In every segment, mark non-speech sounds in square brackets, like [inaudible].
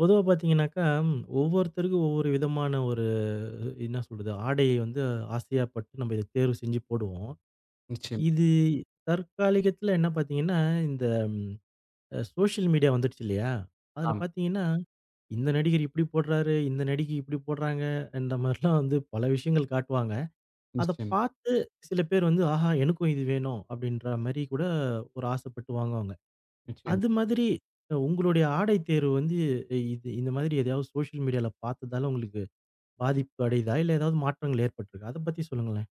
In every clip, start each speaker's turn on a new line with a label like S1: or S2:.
S1: பொதுவா பார்த்தீங்கன்னாக்கா, ஒவ்வொருத்தருக்கும் ஒவ்வொரு விதமான ஒரு என்ன சொல்றது? ஆடைய வந்து ஆசையா பட்டு நம்ம இத தேர்வு செஞ்சு போடுவோம்.
S2: நிச்சயமா.
S1: இது தற்காலிகத்துல என்ன பார்த்தீங்கன்னா, இந்த சோஷியல் மீடியா வந்துடுச்சு இல்லையா? அதுல
S2: ஆமா.
S1: பார்த்தீங்கன்னா, இந்த நடிகர் இப்படி போடுறாரு, இந்த நடிகை இப்படி போடுறாங்க என்ற மாரிலாம் வந்து பல விஷயங்கள் காட்டுவாங்க. அத
S2: நிச்சயம்,
S1: பார்த்து சில பேர் வந்து, "ஆஹா! எனக்கும் இது வேணும்." அப்படின்ற மாரி கூட ஒரு ஆசைப்பட்டு வாங்குவாங்க. அது
S2: நிச்சயமா.
S1: மாதிரி உங்களுடைய ஆடை தேர்வு வந்து இது இந்த மாதிரி எதையாவது சோசியல் மீடியால பார்த்ததால உங்களுக்கு பாதிப்பு அடையுதா? இல்ல ஏதாவது மாற்றங்கள் ஏற்பட்டிருக்கா? அத பத்தி சொல்லுங்களேன்.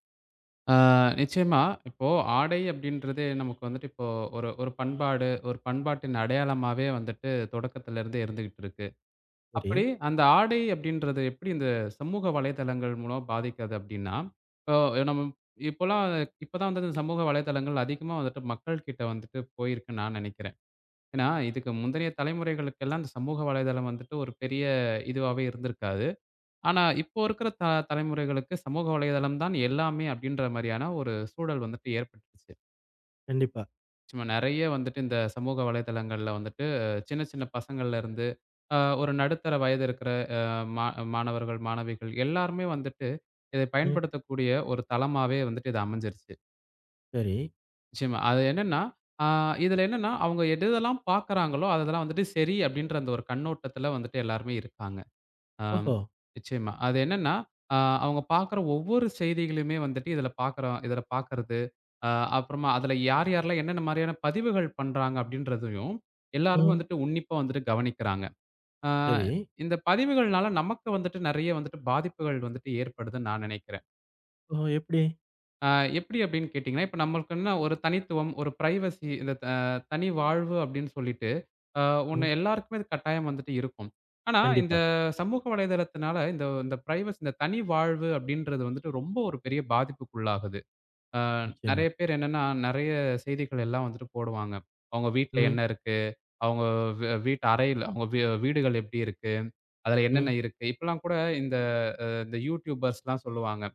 S2: ஆ நிச்சயமா. இப்போ ஆடை அப்படின்றதே நமக்கு வந்துட்டு இப்போ ஒரு ஒரு பண்பாடு, ஒரு பண்பாட்டின் அடையாளமாவே வந்துட்டு தொடக்கத்துல இருந்தே இருந்துகிட்டு இருக்கு.
S1: சரி.
S2: அப்படி அந்த ஆடை அப்படின்றது எப்படி இந்த சமூக வலைதளங்கள் மூலம் பாதிக்குது அப்படின்னா, இப்போ நம்ம இப்போலாம் இப்பதான் வந்து இந்த சமூக வலைதளங்கள் அதிகமா வந்துட்டு மக்கள் கிட்ட வந்துட்டு போயிருக்குன்னு நான் நினைக்கிறேன். ஏன்னா, இதுக்கு முந்தைய தலைமுறைகளுக்கெல்லாம் இந்த சமூக வலைதளம் வந்துட்டு ஒரு பெரிய இதுவாவே இருந்திருக்காது. ஆனா, இப்போ இருக்கிற தலைமுறைகளுக்கு சமூக வலைதளம் தான் எல்லாமே அப்படின்ற மாரியான ஒரு சூழல் வந்துட்டு ஏற்பட்டுருச்சு.
S1: கண்டிப்பா.
S2: சும்மா நெறைய வந்துட்டு இந்த சமூக வலைதளங்கள்ல வந்துட்டு சின்ன சின்ன பசங்கள்ல இருந்து, ஒரு நடுத்தர வயது இருக்கிற மா மாணவர்கள், மாணவிகள் எல்லாருமே வந்துட்டு இதை
S1: ம்.
S2: பயன்படுத்தக்கூடிய ஒரு தளமாவே வந்துட்டு இது அமைஞ்சிருச்சு.
S1: சரி.
S2: நிச்சயமா. அது என்னன்னா, அ இதுல என்னன்னா அவங்க எது எதெல்லாம் பார்க்குறாங்களோ, அதெல்லாம் வந்துட்டு சரி அப்படின்ற அந்த ஒரு கண்ணோட்டத்துல வந்துட்டு எல்லாருமே இருக்காங்க. ஆம்.
S1: ஓஹோ!
S2: நிச்சயமா. அது என்னன்னா, அ அவங்க பார்க்குற ஒவ்வொரு செய்திகளுமே வந்துட்டு இதில பார்க்குறோம் இதில பார்க்கறது, அ அப்புறமா அதில யார் யாரெல்லாம் என்னென்ன மாரியான பதிவுகள் பண்றாங்க அப்படின்றதையும், எல்லாருமே
S1: ம்.
S2: வந்துட்டு உன்னிப்பா வந்துட்டு கவனிக்கிறாங்க. அ
S1: சரி.
S2: இந்த பதிவுகள்னால நமக்கு வந்துட்டு நெறைய வந்துட்டு பாதிப்புகள் வந்துட்டு ஏற்படுதுன்னு நான் நினைக்கிறேன்.
S1: ஓஹோ! எப்படி?
S2: ஆ எப்படி அப்படின்னு கேட்டிங்கன்னா, இப்ப நம்மளுக்கு என்ன ஒரு தனித்துவம், ஒரு பிரைவசி இந்த தனி வாழ்வு அப்படின்னு சொல்லிட்டு, அ ஒண்ணு
S1: ம்.
S2: எல்லாருக்குமே அது கட்டாயம் வந்துட்டு இருக்கும். ஆனா, இந்த
S1: கண்டிப்பா.
S2: சமூக வலைதளத்தினால இந்த இந்த பிரைவசி இந்த தனி வாழ்வு அப்படின்றது வந்துட்டு ரொம்ப ஒரு பெரிய பாதிப்புக்குள்ளாகுது. அ
S1: நிச்சயமா.
S2: நெறைய பேர் என்னன்னா, நெறைய செய்திகள் எல்லாம் வந்துட்டு போடுவாங்க. அவங்க வீட்ல
S1: ம்.
S2: என்ன இருக்கு? அவங்க வீட்டு அறையில அவங்க வீடுகள் எப்படி இருக்கு? அதுல என்னென்ன
S1: ம்.
S2: இருக்கு? இப்பலாம் கூட இந்த இந்த யூடியூபர்ஸ்லாம் சொல்லுவாங்க.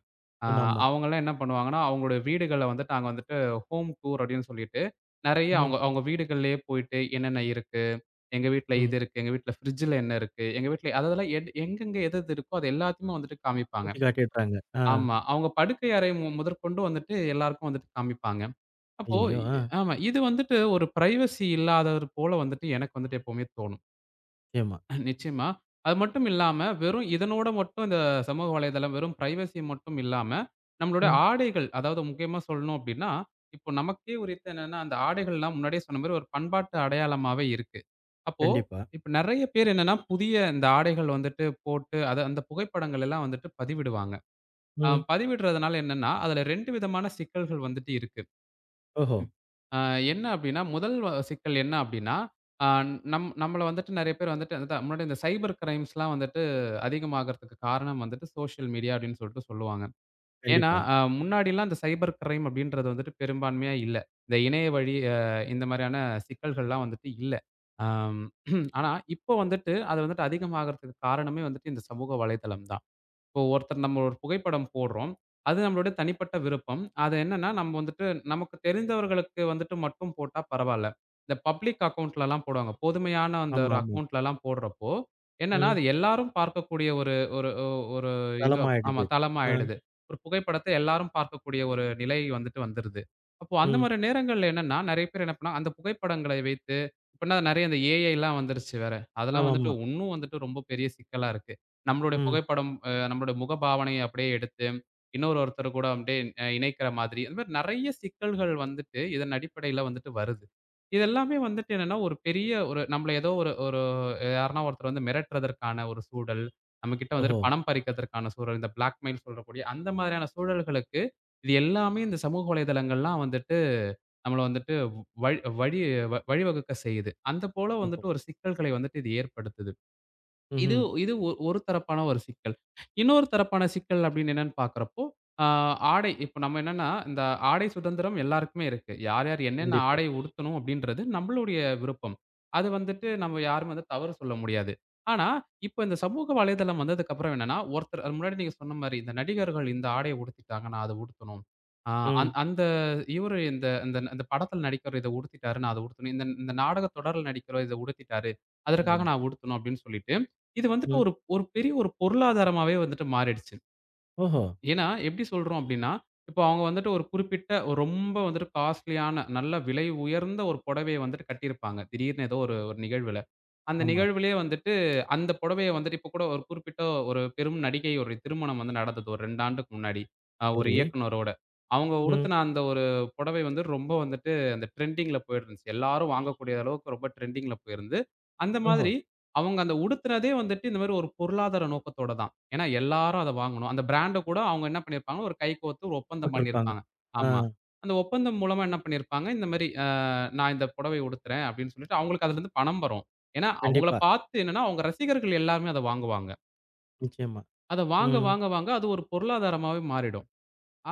S2: அ
S1: ஆமாமா.
S2: அவங்கலாம் என்ன பண்ணுவாங்கன்னா, அவங்களுடைய வீடுகள வந்துட்டு நாங்க வந்துட்டு ஹோம் டூர் அப்படின்னு சொல்லிட்டு, நெறைய
S1: ம்.
S2: அவங்க அவங்க வீடுகள்லயே போயிட்டு என்னென்ன இருக்கு? எங்க வீட்ல இது
S1: ம்.
S2: இருக்கு. எங்க வீட்ல ஃப்ரிட்ஜ்ல என்ன இருக்கு? எங்க வீட்ல அதெல்லாம் எங்கெங்க எது எது இருக்கோ அது எல்லாத்தையுமே வந்துட்டு காமிப்பாங்க.
S1: சுத்தி காட்டிடுறாங்க. ஆ.
S2: ஆமா. அவங்க படுக்கை அறை முதற்கொண்டு வந்துட்டு எல்லாருக்கும் வந்துட்டு காமிப்பாங்க. அப்போ
S1: ஐயய்யோ! ஆ.
S2: ஆமா. இது வந்துட்டு ஒரு பிரைவசி இல்லாதது போல வந்துட்டு எனக்கு வந்துட்டு எப்பவுமே தோணும்.
S1: நிச்சயமா.
S2: நிச்சயமா. அது மட்டும் இல்லாம, வெறும் இதனோட மட்டும் இந்த சமூக வலைதளம் வெறும் பிரைவசி மட்டும் இல்லாம, நம்மளுடைய
S1: ம்.
S2: ஆடைகள் அதாவது முக்கியமா சொல்லணும் அப்டின்னா, இப்போ நமக்கே உரித்த என்னன்னா, அந்த ஆடைகள்லாம் முன்னாடியே சொன்ன மாரி ஒரு பண்பாட்டு அடையாளமாவே இருக்கு. அப்போ
S1: கண்டிப்பா.
S2: இப்ப நெறைய பேர் என்னன்னா, புதிய இந்த ஆடைகள் வந்துட்டு போட்டு, அத அந்த புகைப்படங்கள் எல்லாம் வந்துட்டு பதிவிடுவாங்க.
S1: ம்.
S2: பதிவிடுறதுனால என்னன்னா, அதுல 2 விதமான சிக்கல்கள் வந்துட்டு இருக்கு.
S1: ஓஹோ!
S2: ம். அ என்ன அப்டின்னா, முதல் சிக்கல் என்ன அப்டின்னா, அ நம்மள வந்துட்டு நெறைய பேர் வந்துட்டு அதுதான் முன்னாடி இந்த சைபர் கிரைம்ஸ்லாம் வந்துட்டு அதிகமாகறதுக்கு காரணம் வந்துட்டு சோஷியல் மீடியா அப்டின்னு சொல்லிட்டு சொல்லுவாங்க. ஏன்னா,
S1: கண்டிப்பா.
S2: முன்னாடிலாம் இந்த சைபர் கிரைம் அப்டின்றது வந்துட்டு பெரும்பான்மையா இல்ல. இந்த இணைய வழி இந்த மாரியான சிக்கல்கள்லாம் வந்துட்டு இல்ல. அம் [clears throat] ஆனா, இப்போ வந்துட்டு அது வந்துட்டு அதிகமாகறதுக்கு காரணமே வந்துட்டு இந்த சமூக வலைதளம் தான். இப்போ ஒருத்தர் நம்ம ஒரு புகைப்படம் போடுறோம். அது நம்மளுடைய தனிப்பட்ட விருப்பம். அது என்னன்னா, நம்ம வந்துட்டு நமக்கு தெரிந்தவர்களுக்கு வந்துட்டு மட்டும் போட்டா பரவால்ல. இந்த பப்ளிக் அக்கவுண்ட்லலாம் போடுவாங்க. பொதுமையான அந்த ஒரு
S1: ஆமாமா.
S2: அக்கவுண்ட்லலாம் போடுறப்போ, என்னன்னா
S1: ம்.
S2: அது எல்லாரும் பார்க்கக்கூடிய ஒரு ஒரு ஒ ஒரு இது ஆமா
S1: தளமாயிடுது.
S2: தளமா
S1: ஆ.
S2: ஆயிடுது. ஒரு புகைப்படத்த எல்லாரும் பார்க்கக்கூடிய ஒரு நிலை வந்துட்டு வந்துருது. அப்போ அந்த
S1: ம்.
S2: மாரி நேரங்கள்ல என்னன்னா, நெறைய பேர் என்ன பண்ணா, அந்த புகைப்படங்களை வைத்து இப்பன்னா நெறைய இந்த ஏஐலாம் வந்துருச்சு வேற. அதெல்லாம் வந்துட்டு
S1: ஆமாமா.
S2: உன்னும் வந்துட்டு ரொம்ப பெரிய சிக்கலா இருக்கு. நம்மளுடைய
S1: ம்.
S2: புகைப்படம், நம்மளுடைய முகபாவனைய அப்படியே எடுத்து, இன்னொரு ஒருத்தர் கூட அப்படியே இணைக்கிற மாதிரி, அது மாரி நெறைய சிக்கல்கள் வந்துட்டு, இதன் அடிப்படையில வந்துட்டு வருது. இது எல்லாமே வந்துட்டு என்னன்னா, ஒரு பெரிய ஒரு நம்மள ஏதோ ஒரு ஒரு யாருன்னா ஒருத்தர் வந்து மிரட்டுறதற்கான ஒரு சூழல், நம்மகிட்ட
S1: ஓஹோ!
S2: வந்துட்டு பணம் பறிக்கிறதற்கான சூழல், இந்த பிளாக்மெயில் சொல்லக்கூடிய அந்த மாதிரியான சூழல்களுக்கு, இது எல்லாமே இந்த சமூக வலைதளங்கள்லாம் வந்துட்டு நம்மள வந்துட்டு வழி வழி வ- வழிவகுக்க செய்யுது. அந்த போல
S1: ஓ!
S2: வந்துட்டு ஒரு சிக்கல்களை வந்துட்டு இது ஏற்படுத்துது. இது
S1: ம்ஹ்ம்.
S2: இது ஒரு தரப்பான ஒரு சிக்கல். இன்னொரு தரப்பான சிக்கல் அப்படின்னு என்னன்னு பார்க்கிறப்போ, ஆ ஆடை இப்ப நம்ம என்னன்னா, இந்த ஆடை சுதந்திரம் எல்லாருக்குமே இருக்கு. யார் யார் என்னென்ன
S1: கண்டிப்பா.
S2: ஆடை உடுத்தணும் அப்படின்றது நம்மளுடைய விருப்பம். அது வந்துட்டு நம்ம யாரும் வந்து தவறு சொல்ல முடியாது. ஆனா, இப்ப இந்த சமூக வலைதளம் வந்ததுக்கப்புறம் என்னன்னா, ஒருத்தர் அது முன்னாடி நீங்க சொன்ன மாரி, இந்த நடிகர்கள் இந்த ஆடைய உடுத்திட்டாங்க, நான் அத உடுத்தணும். ஆ அந்
S1: ம்.
S2: அந்த இவரு இந்த இந்த இந்த படத்துல நடிக்கிறவர் இத உடுத்திட்டாரு, நான் அத உடுத்தணும். இந்த இந்த நாடக தொடர்ல நடிக்கிறவர் இத உடுத்திட்டாரு, அதற்காக
S1: ஆமாமா.
S2: நான் உடுத்தணும் அப்படின்னு சொல்லிட்டு இது வந்துட்டு
S1: ம்.
S2: ஒரு ஒரு பெரிய ஒரு பொருளாதாரமாவே வந்துட்டு மாறிடுச்சு.
S1: ஓஹோ!
S2: ஏன்னா, எப்படி சொல்றோம் அப்படின்னா, இப்போ அவங்க வந்துட்டு ஒரு குறிப்பிட்ட ஒரு ரொம்ப வந்துட்டு காஸ்ட்லியான, நல்ல விலை உயர்ந்த ஒரு புடவைய வந்துட்டு கட்டியிருப்பாங்க. திடீர்னு ஏதோ ஒரு ஒரு நிகழ்வுல. அந்த
S1: ஆமா.
S2: நிகழ்விலேயே வந்துட்டு அந்த புடவைய வந்துட்டு இப்போ கூட ஒரு குறிப்பிட்ட ஒரு பெரும் நடிகை ஒரு திருமணம் வந்து நடந்தது ஒரு 2 ஆண்டுக்கு முன்னாடி. ஒரு
S1: சரி.
S2: இயக்குனரோட. அவங்க
S1: ம்.
S2: உடுத்தின அந்த ஒரு புடவை வந்து ரொம்ப வந்துட்டு அந்த ட்ரெண்டிங்கில போயிருந்துச்சு. எல்லாரும் வாங்கக்கூடிய அளவுக்கு ரொம்ப ட்ரெண்டிங்கில போயிருந்து. அந்த
S1: ஓஹோ!
S2: மாதிரி அவங்க அந்த உடுத்துனதே வந்துட்டு இந்த மாரி ஒரு பொருளாதார நோக்கத்தோட தான். ஏன்னா எல்லாரும் அத வாங்கணும். அந்த பிராண்ட கூட அவங்க என்ன பண்ணியிருப்பாங்கன்னா, ஒரு கைகோர்த்து ஒரு ஒப்பந்தம்
S1: போட்டிருப்பாங்க.
S2: பண்ணியிருப்பாங்க.
S1: ஆ.
S2: ஆமா. அந்த ஒப்பந்தம் மூலமா என்ன பண்ணியிருப்பாங்க, இந்த மாரி நான் இந்த புடவை உடுத்துறேன் அப்படின்னு சொல்லிட்டு அவங்களுக்கு அதுலருந்து பணம் வரும். ஏன்னா அவங்கள
S1: கண்டிப்பா.
S2: பார்த்து என்னன்னா, அவங்க ரசிகர்கள் எல்லாருமே அத வாங்குவாங்க.
S1: நிச்சயமா.
S2: அத வாங்க,
S1: ம்.
S2: வாங்க, வாங்க அது ஒரு பொருளாதாரமாவே மாறிடும்.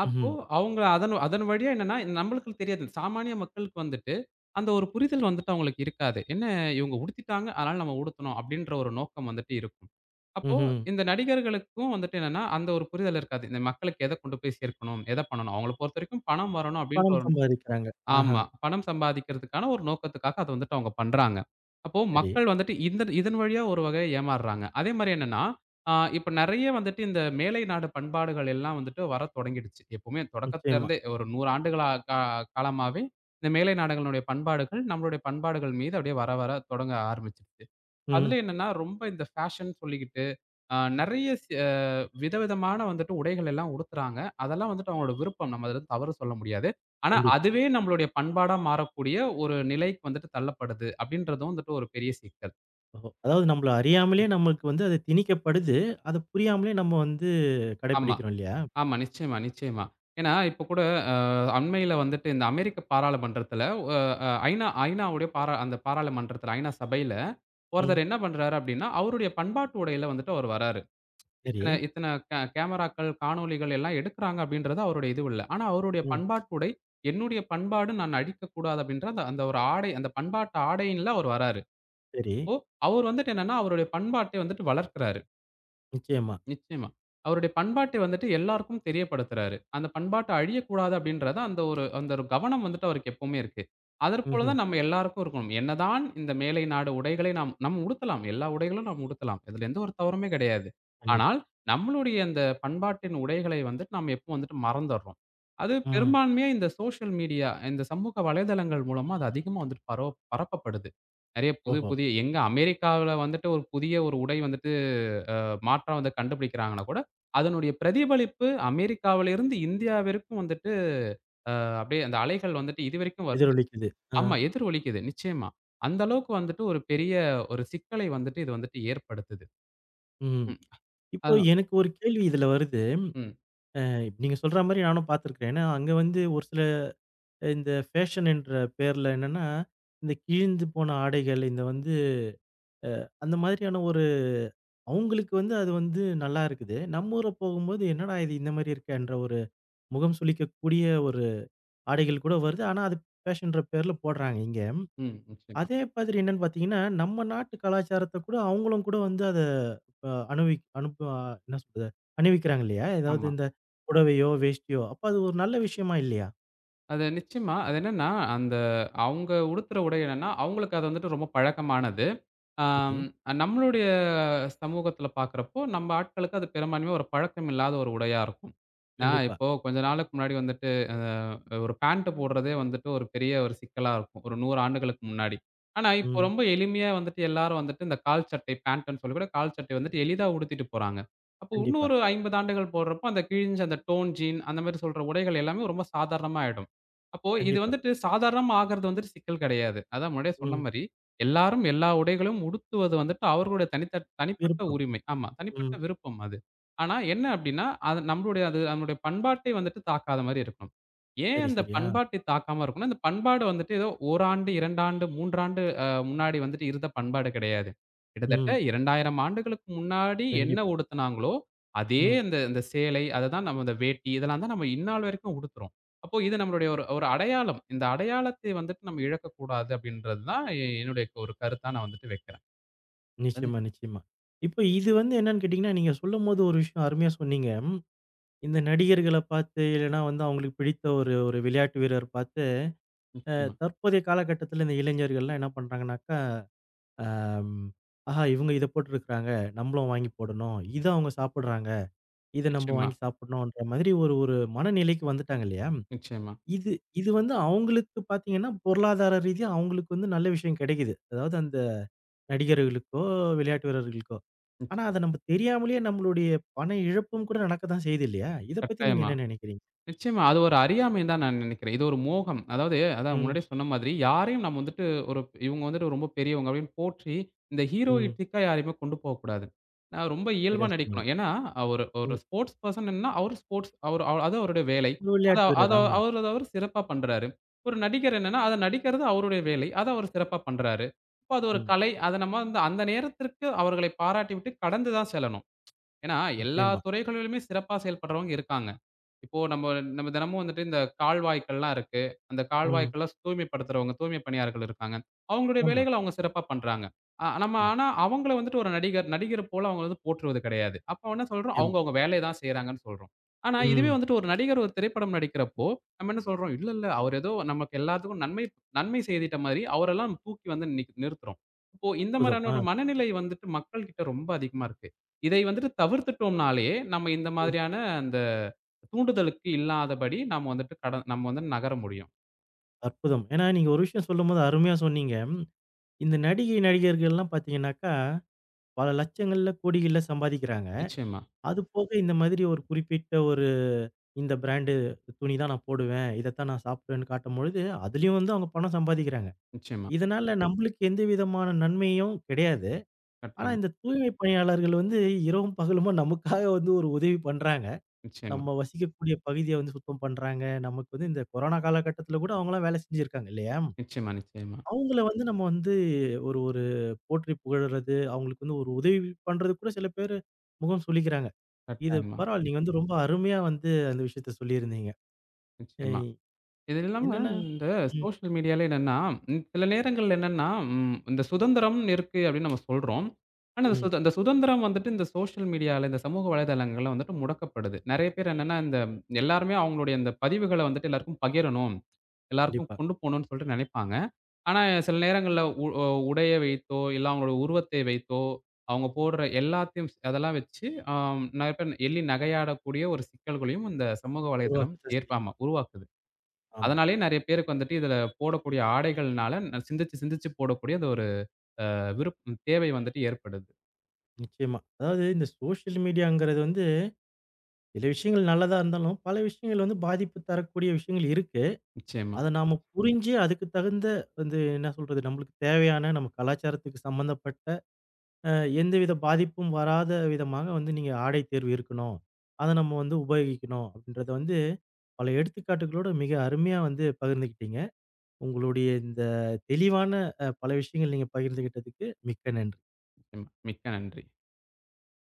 S2: அப்போ
S1: ம்ஹ்ம்.
S2: அவங்க அதன் அதன் வழியா என்னன்னா, நம்மளுக்கு தெரியாது. சாமானிய மக்களுக்கு வந்துட்டு, அந்த ஒரு புரிதல் வந்துட்டு அவங்களுக்கு இருக்காது. என்ன இவங்க உடுத்திட்டாங்க, அதனால நம்ம உடுத்தணும் அப்டின்ற ஒரு நோக்கம் வந்துட்டு இருக்கும். அப்போ
S1: ம்ஹ்ம்.
S2: இந்த நடிகர்களுக்கும் வந்துட்டு என்னன்னா, அந்த ஒரு புரிதல் இருக்காது. இந்த மக்களுக்கு எத கொண்டு போய் சேர்க்கணும், எத பண்ணணும். அவங்கள பொறுத்தவரைக்கும் பணம் வரணும் அப்டின்ற
S1: பணம்
S2: ஒரு
S1: சம்பாதிக்கிறாங்க. ஆஹா.
S2: ஆமா. பணம் சம்பாதிக்கிறதுக்கான ஒரு நோக்கத்துக்காக அத வந்துட்டு அவங்க பண்றாங்க. அப்போ
S1: சரி.
S2: மக்கள் வந்துட்டு இந்த இதன் வழியா ஒரு வகையா ஏமாறுறாங்க. அதே மாரி என்னன்னா, இப்ப நெறைய வந்துட்டு இந்த மேலை நாடு பண்பாடுகள் எல்லாம் வந்துட்டு வரத் தொடங்கிடுச்சு. எப்பவுமே தொடக்கத்துல
S1: நிச்சயமா.
S2: இருந்தே ஒரு 100 ஆண்டுகளா காலமாவே இந்த மேலை நாடுகளுடைய பண்பாடுகள், நம்மளுடைய பண்பாடுகள் மீது அப்படியே வர வர தொடங்க ஆரம்பிச்சுடுச்சு. அதுல
S1: ம்.
S2: என்னன்னா, ரொம்ப இந்த ஃபேஷன் சொல்லிக்கிட்டு, ஆ நெறைய சி விதவிதமான வந்துட்டு உடைகள் எல்லாம் உடுத்துறாங்க. அதெல்லாம் வந்துட்டு அவங்களோட விருப்பம். நம்ம அதுல தவறு சொல்ல முடியாது. ஆனா,
S1: கண்டிப்பா.
S2: அதுவே நம்மளுடைய பண்பாடா மாறக்கூடிய ஒரு நிலைக்கு வந்துட்டு தள்ளப்படுது அப்படின்றதும் வந்துட்டு ஒரு பெரிய சிக்கல்.
S1: ஓஹோ! அதாவது நம்மள அறியாமலே நமக்கு வந்து அது திணிக்கப்படுது. அத புரியாமலே நம்ம வந்து
S2: ஆமா,
S1: கடைப்பிடிக்கிறோம் இல்லையா?
S2: ஆமா. நிச்சயமா, நிச்சயமா. ஏன்னா, இப்போ கூட அ அண்மையில வந்துட்டு இந்த அமெரிக்க பாராளுமன்றத்துல அ அ ஐநாவுடைய அந்த பாராளுமன்றத்துல ஐநா சபையில
S1: ம்.
S2: ஒருத்தர் என்ன பண்றாரு அப்படின்னா, அவருடைய பண்பாட்டு உடையில வந்துட்டு அவர் வராரு.
S1: சரி.
S2: இத்தன இத்தன கேமராக்கள், காணொளிகள் எல்லாம் எடுக்குறாங்க அப்படின்றது அவருடைய இது இல்ல. ஆனா அவருடைய
S1: ம்.
S2: பண்பாட்டு உடை, என்னுடைய பண்பாடு நான் அழிக்கக்கூடாது அப்படின்ற அந்த அந்த ஒரு ஆடை, அந்த பண்பாட்டு ஆடையின்ல அவர் வராரு.
S1: சரி.
S2: அப்போ அவர் வந்துட்டு என்னன்னா, அவருடைய பண்பாட்டை வந்துட்டு வளர்க்கிறாரு.
S1: நிச்சயமா.
S2: நிச்சயமா. அவருடைய பண்பாட்டை வந்துட்டு எல்லாருக்கும் தெரியப்படுத்துறாரு. அந்த பண்பாட்ட அழியக்கூடாது அப்படின்றத அந்த ஒரு கவனம் வந்துட்டு அவருக்கு எப்பவுமே இருக்கு. அதற்போல
S1: ம்ஹ்ம்.
S2: தான் நம்ம எல்லாருக்கும் இருக்கணும். என்னதான் இந்த மேலை நாடு உடைகளை நாம் நம்ம உடுத்தலாம். எல்லா உடைகளும் நாம் உடுத்தலாம். இதுல எந்த ஒரு தவறுமே கிடையாது.
S1: கண்டிப்பா.
S2: ஆனால் நம்மளுடைய அந்த பண்பாட்டின் உடைகளை வந்துட்டு நாம எப்போ வந்துட்டு மறந்தர்றோம். அது
S1: ம்.
S2: பெரும்பான்மையா இந்த சோஷியல் மீடியா, இந்த சமூக வலைதளங்கள் மூலமா அது அதிகமா வந்துட்டு பரப்பப்படுது. நெறைய புது
S1: ஓஹோ!
S2: புதிய எங்க அமெரிக்காவில வந்துட்டு ஒரு புதிய ஒரு உடை வந்துட்டு மாற்றம் வந்து கண்டுபிடிக்கிறாங்கன்னா கூட, அதனுடைய பிரதிபலிப்பு அமெரிக்காவிலிருந்து இந்தியாவிற்கும் வந்துட்டு அ அப்படியே அந்த அலைகள் வந்துட்டு இதுவரைக்கும் வருது.
S1: எதிரொலிக்குது. ஆ.
S2: ஆமா, எதிரொலிக்குது. நிச்சயமா. அந்த அளவுக்கு வந்துட்டு ஒரு பெரிய ஒரு சிக்கலை வந்துட்டு இது வந்துட்டு ஏற்படுத்துது.
S1: ம்.
S2: ம். அ
S1: இப்போ எனக்கு ஒரு கேள்வி இதுல வருது.
S2: ம்,
S1: இப்ப நீங்க சொல்ற மாரி நானும் பார்த்துருக்கிறேன். ஏன்னா, அங்க வந்து ஒரு சில இந்த ஃபேஷன் என்ற பேர்ல என்னன்னா, இந்த கிழிந்து போன ஆடைகள், இந்த வந்து அ அந்த மாதிரியான ஒரு அவங்களுக்கு வந்து அது வந்து நல்லா இருக்குது. நம்ம ஊர போகும்போது என்னடா இது இந்த மாரி இருக்கேன்ற ஒரு முகம் சுளிக்கக்கூடிய ஒரு ஆடைகள் கூட வருது. ஆனா, அது ஃபேஷன்ற பேர்ல போடுறாங்க இங்க.
S2: ம். நிச்சயமா.
S1: அதே மாதிரி என்னன்னு பார்த்தீங்கன்னா, நம்ம நாட்டு கலாச்சாரத்த கூட அவங்களும் கூட வந்து அத அ அனுபவி அனுப என்ன சொல்றது? அணிவிக்கிறாங்க இல்லையா? ஏதாவது
S2: ஆமா.
S1: இந்த புடவையோ, வேஷ்டியோ அப்ப அது ஒரு நல்ல விஷயமா இல்லையா?
S2: அது நிச்சயமா. அது என்னன்னா, அந்த அவங்க உடுத்துற உடை என்னன்னா, அவங்களுக்கு அது வந்துட்டு ரொம்ப பழக்கமானது.
S1: இது.
S2: ஆம் நம்மளுடைய சமூகத்தில பார்க்கிறப்போ, நம்ம ஆட்களுக்கு அது பெரும்பான்மையா ஒரு பழக்கம் இல்லாத ஒரு உடையா இருக்கும். நான்
S1: கண்டிப்பா.
S2: இப்போ கொஞ்ச நாளுக்கு முன்னாடி வந்துட்டு ஒரு பேண்ட் போடுறதே வந்துட்டு ஒரு பெரிய ஒரு சிக்கலா இருக்கும். ஒரு 100 ஆண்டுகளுக்கு முன்னாடி. ஆனா, இப்போ
S1: ம்.
S2: ரொம்ப எளிமையா வந்துட்டு எல்லாரும் வந்துட்டு இந்த கால் சட்டை பேண்ட்டுன்னு சொல்லி கூட கால் சட்டை வந்துட்டு எளிதா உடுத்திட்டு போறாங்க. அப்போ இன்னும்
S1: கண்டிப்பா,
S2: ஒரு 50 ஆண்டுகள் போடுறப்போ, அந்த கிழிஞ்ச அந்த டோன் ஜீன் அந்த மாரி சொல்ற உடைகள் எல்லாமே ரொம்ப சாதாரணமா ஆயிடும். அப்போ இது
S1: கண்டிப்பா.
S2: வந்துட்டு சாதாரணமா ஆகுறது வந்துட்டு சிக்கல் கிடையாது. அதான் முன்னாடியே சொன்ன
S1: ம்.
S2: மாரி, எல்லாரும் எல்லா உடைகளும் உடுத்துவது வந்துட்டு அவர்களுடைய தனித்த தனிப்பட்ட
S1: விருப்பம்.
S2: உரிமை. ஆமா, தனிப்பட்ட
S1: ம்.
S2: விருப்பம் அது. ஆனா என்ன அப்டின்னா, அது நம்மளுடைய பண்பாட்டை வந்துட்டு தாக்காத மாரி இருக்கணும். ஏன்
S1: சரி,
S2: அந்த
S1: சரி. ஆ.
S2: பண்பாட்டை தாக்காம இருக்கும்னா, அந்த பண்பாடு வந்துட்டு ஏதோ 1 ஆண்டு, 2 ஆண்டு, 3 ஆண்டு முன்னாடி வந்துட்டு இருந்த பண்பாடு கிடையாது. கிட்டத்தட்ட
S1: ம்.
S2: 2000 ஆண்டுகளுக்கு முன்னாடி என்ன
S1: கண்டிப்பா.
S2: உடுத்துனாங்களோ, அதே
S1: ம்.
S2: அந்த அந்த சேலை, அததான் நம்ம அந்த வேட்டி இதெல்லாம் தான் நம்ம இந்நாள் வரைக்கும் உடுத்துறோம். அப்போ இது நம்மளுடைய ஒரு ஒரு அடையாளம். இந்த அடையாளத்தை வந்துட்டு நம்ம இழக்கக்கூடாது அப்படின்றது தான் என்னுடைய ஒரு கருத்தா நான் வந்துட்டு வைக்கிறேன். அது
S1: நிச்சயமா, நிச்சயமா. இப்ப இது வந்து என்னன்னு கேட்டீங்கன்னா, நீங்க சொல்லும்போது ஒரு விஷயம் அருமையா சொன்னீங்க. இந்த நடிகர்கள பார்த்து, இல்லன்னா வந்து அவங்களுக்கு பிடித்த ஒரு ஒரு விளையாட்டு வீரர் பார்த்து, அ
S2: நிச்சயமா.
S1: தற்போதைய காலகட்டத்தில இந்த இளைஞர்கள்லாம் என்ன பண்றாங்கன்னாக்கா, அம் ஆஹா! இவங்க இத போட்டுருக்கிறாங்க. நம்மளும் வாங்கி போடணும். இத அவங்க சாப்பிடுறாங்க. இத நம்ம
S2: நிச்சயமா,
S1: வாங்கி சாப்பிடணுன்ற மாதிரி ஒரு ஒரு மனநிலைக்கு வந்துட்டாங்க இல்லையா?
S2: நிச்சயமா,
S1: இது இது வந்து அவங்களுக்கு பார்த்தீங்கன்னா, பொருளாதார ரீதியா அவங்களுக்கு வந்து நல்ல விஷயம் கிடைக்குது. அதாவது அந்த நடிகர்களுக்கோ, விளையாட்டு வீரர்களுக்கோ. ஆனா,
S2: நிச்சயமா.
S1: அத நம்ம தெரியாமலேயே நம்மளுடைய பண இழப்பும் கூட நடக்க தான் செய்யுது இல்லையா? இத பத்தி நீங்க
S2: கட்டாயமா.
S1: என்ன நினைக்கிறீங்க?
S2: நிச்சயமா. அது ஒரு அறியாமைன்னு தான் நான் நினைக்கிறேன். இது ஒரு மோகம். அதாவது அதான்
S1: ம்,
S2: முன்னாடியே சொன்ன மாதிரி, யாரையும் நம்ம வந்துட்டு ஒரு இவங்க வந்துட்டு ரொம்ப பெரியவங்க அப்படின்னு போற்றி, இந்த
S1: ம்.
S2: ஹீரோயிட்டிக்கா யாரையுமே கொண்டு போகக்கூடாது. நான் ரொம்ப இயல்பா
S1: சரியா சொன்னீங்க.
S2: நடிக்கணும். ஏன்னா, ஒரு ஒரு
S1: ம்.
S2: ஸ்போர்ட்ஸ் பர்சன்னா அவரு அது அவருடைய வேலை.
S1: ஒரு
S2: அத
S1: விளையாட்டு
S2: அத
S1: வீரர். ஆமா.
S2: அவரு அத அவரு சிறப்பா பண்றாரு. ஒரு நடிகர் என்னன்னா, அத நடிக்கிறது அவருடைய வேலை. அத அவர் சிறப்பா பண்றாரு. அப்ப அது ஒரு
S1: ம்.
S2: கலை. அத நம்ம வந்து அந்த நேரத்திற்கு அவர்களை பாராட்டி விட்டு கடந்து தான் செல்லணும். ஏன்னா, எல்லா
S1: நிச்சயமா.
S2: துறைகளிலுமே சிறப்பா செயல்படுறவங்க இருக்காங்க. இப்போ நம்ம நம்ம தினமும் வந்துட்டு இந்த கால்வாய்க்கள்லாம் இருக்கு. அந்த
S1: ம்.
S2: கால்வாய்க்கெல்லாம் தூய்மைப்படுத்துறவங்க, தூய்மை பணியாளர்கள் இருக்காங்க. அவங்களுடைய
S1: ஆமா,
S2: வேலைகள அவங்க சிறப்பா பண்றாங்க. நம்ம
S1: ஆமா.
S2: ஆனா அவங்கள வந்துட்டு ஒரு நடிகர் போல அவங்கள வந்து போற்றுவது கிடையாது. அப்ப என்ன சொல்றோம்?
S1: நிச்சயமா.
S2: அவங்க அவங்க வேலைய தான் செய்றாங்கன்னு சொல்றோம். ஆனா இதுவே
S1: ம்.
S2: வந்துட்டு ஒரு நடிகர் ஒரு திரைப்படம் நடிக்கிறப்போ, நம்ம என்ன சொல்றோம்? இல்ல, இல்ல அவர் ஏதோ நமக்கு எல்லாத்துக்கும் நன்மை நன்மை செய்திட்ட மாரி அவரெல்லாம் தூக்கி வந்து நிறுத்துறோம். இப்போ இந்த
S1: அற்புதம்.
S2: மாரியான
S1: ஆ.
S2: ஒரு மனநிலை வந்துட்டு மக்கள்கிட்ட ரொம்ப அதிகமா இருக்கு. இதை வந்துட்டு தவிர்த்துட்டோம்னாலே, நம்ம இந்த
S1: ம்.
S2: மாதிரியான அந்த தூண்டுதலுக்கு இல்லாதபடி நாம வந்துட்டு நம்ம வந்து நகர முடியும்.
S1: அற்புதம். ஏன்னா, நீங்க ஒரு விஷயம் சொல்லும்போது அருமையா சொன்னீங்க. ம், இந்த நடிகை, நடிகர்கள்லாம் பார்த்தீங்கன்னாக்கா, பல லட்சங்கள்ல, கோடிகள்ல சம்பாதிக்கிறாங்க.
S2: நிச்சயமா,
S1: அது போக இந்த மாதிரி ஒரு குறிப்பிட்ட ஒரு இந்த பிராண்டு துணி தான் நான் போடுவேன். இதத்தான் நான் சாப்பிடுவேன்னு காட்டும்பொழுது, அதிலயும் வந்து அவங்க பணம் சம்பாதிக்கிறாங்க.
S2: நிச்சயமா.
S1: இதனால நம்மளுக்கு எந்த விதமான நன்மையும் கிடையாது. ஆனா
S2: கட்டாயமா.
S1: இந்த தூய்மை பணியாளர்கள் வந்து இரவும் பகலுமா நமக்காக வந்து ஒரு உதவி பண்றாங்க.
S2: நிச்சயமா,
S1: நம்ம வசிக்கக்கூடிய பகுதிய வந்து சுத்தம் பண்றாங்க. நமக்கு வந்து இந்த கொரோனா காலகட்டத்தில கூட அவங்கலாம் வேலை செஞ்சிருக்காங்க இல்லையா?
S2: நிச்சயமா.
S1: அவங்கள வந்து நம்ம வந்து ஒரு ஒரு போற்றி புகழ்றது, அவங்களுக்கு வந்து ஒரு உதவி பண்றது கூட சில பேரு முகம் சுளிக்கிறாங்க. இது
S2: கட்டாயமா.
S1: பரவால்ல. நீங்க வந்து ரொம்ப அருமையா வந்து அந்த விஷயத்த சொல்லியிருந்தீங்க. அ
S2: நிச்சயமா. இது இல்லாம
S1: என்னன்னா
S2: இந்த
S1: ம்,
S2: சோஷியல் மீடியால என்னன்னா, சில நேரங்கள்ல என்னன்னா, இந்த சுதந்திரம் இருக்கு அப்படின்னு நம்ம சொல்றோம். ஆனா இந்த
S1: ம்.
S2: சுத இந்த சுதந்திரம் வந்துட்டு இந்த சோஷியல் மீடியால, இந்த சமூக வலைதளங்கள்ல வந்துட்டு முடக்கப்படுது. நெறைய பேர் என்னன்னா, எல்லாருமே அவங்களுடைய இந்த பதிவுகள வந்துட்டு எல்லாருக்கும் பகிரணும். எல்லாருக்கும்
S1: கண்டிப்பா.
S2: கொண்டு போணும்னு சொல்லிட்டு நெனைப்பாங்க. ஆனா, சில நேரங்கள்ல உ அ உடைய வைத்தோ, இல்ல அவங்களோட உருவத்தை வைத்தோ, அவங்க போடுற எல்லாத்தையும் அதெல்லாம் வச்சு அ நெறைய பேர் எள்ளி நகையாடக்கூடிய ஒரு சிக்கல்களையும் இந்த சமூக வலைதளம்
S1: உருவாக்கத்தான் செய்யும்.
S2: ஆமா உருவாக்குது.
S1: ஆமா.
S2: அதனாலேயே நெறைய பேருக்கு வந்துட்டு இதில போடக்கூடிய ஆடைகள்னால சிந்திச்சு சிந்திச்சு போடக்கூடிய அந்த ஒரு விருப் தேவை வந்துட்டு ஏற்படுது.
S1: நிச்சயமா. அதாவது இந்த சோஷியல் மீடியாங்கிறது வந்து சில விஷயங்கள் நல்லதா இருந்தாலும், பல விஷயங்கள் வந்து பாதிப்பு தரக்கூடிய விஷயங்கள் இருக்கு.
S2: நிச்சயமா,
S1: அத நாம புரிஞ்சு அதுக்கு தகுந்த வந்து என்ன சொல்றது, நம்மளுக்கு தேவையான நம்ம கலாச்சாரத்துக்கு சம்மந்தப்பட்ட அ எந்தவித பாதிப்பும் வராத விதமாக வந்து நீங்க ஆடை தேர்வு இருக்கணும். அத நம்ம வந்து உபயோகிக்கணும். அப்படின்றத வந்து பல எடுத்துக்காட்டுகளோட மிக அருமையா வந்து பகிர்ந்துக்கிட்டீங்க. உங்களுடைய இந்த தெளிவான பல விஷயங்கள் நீங்க பகிர்ந்துகிட்டதுக்கு மிக்க நன்றி.
S2: நிச்சயமா. மிக்க நன்றி.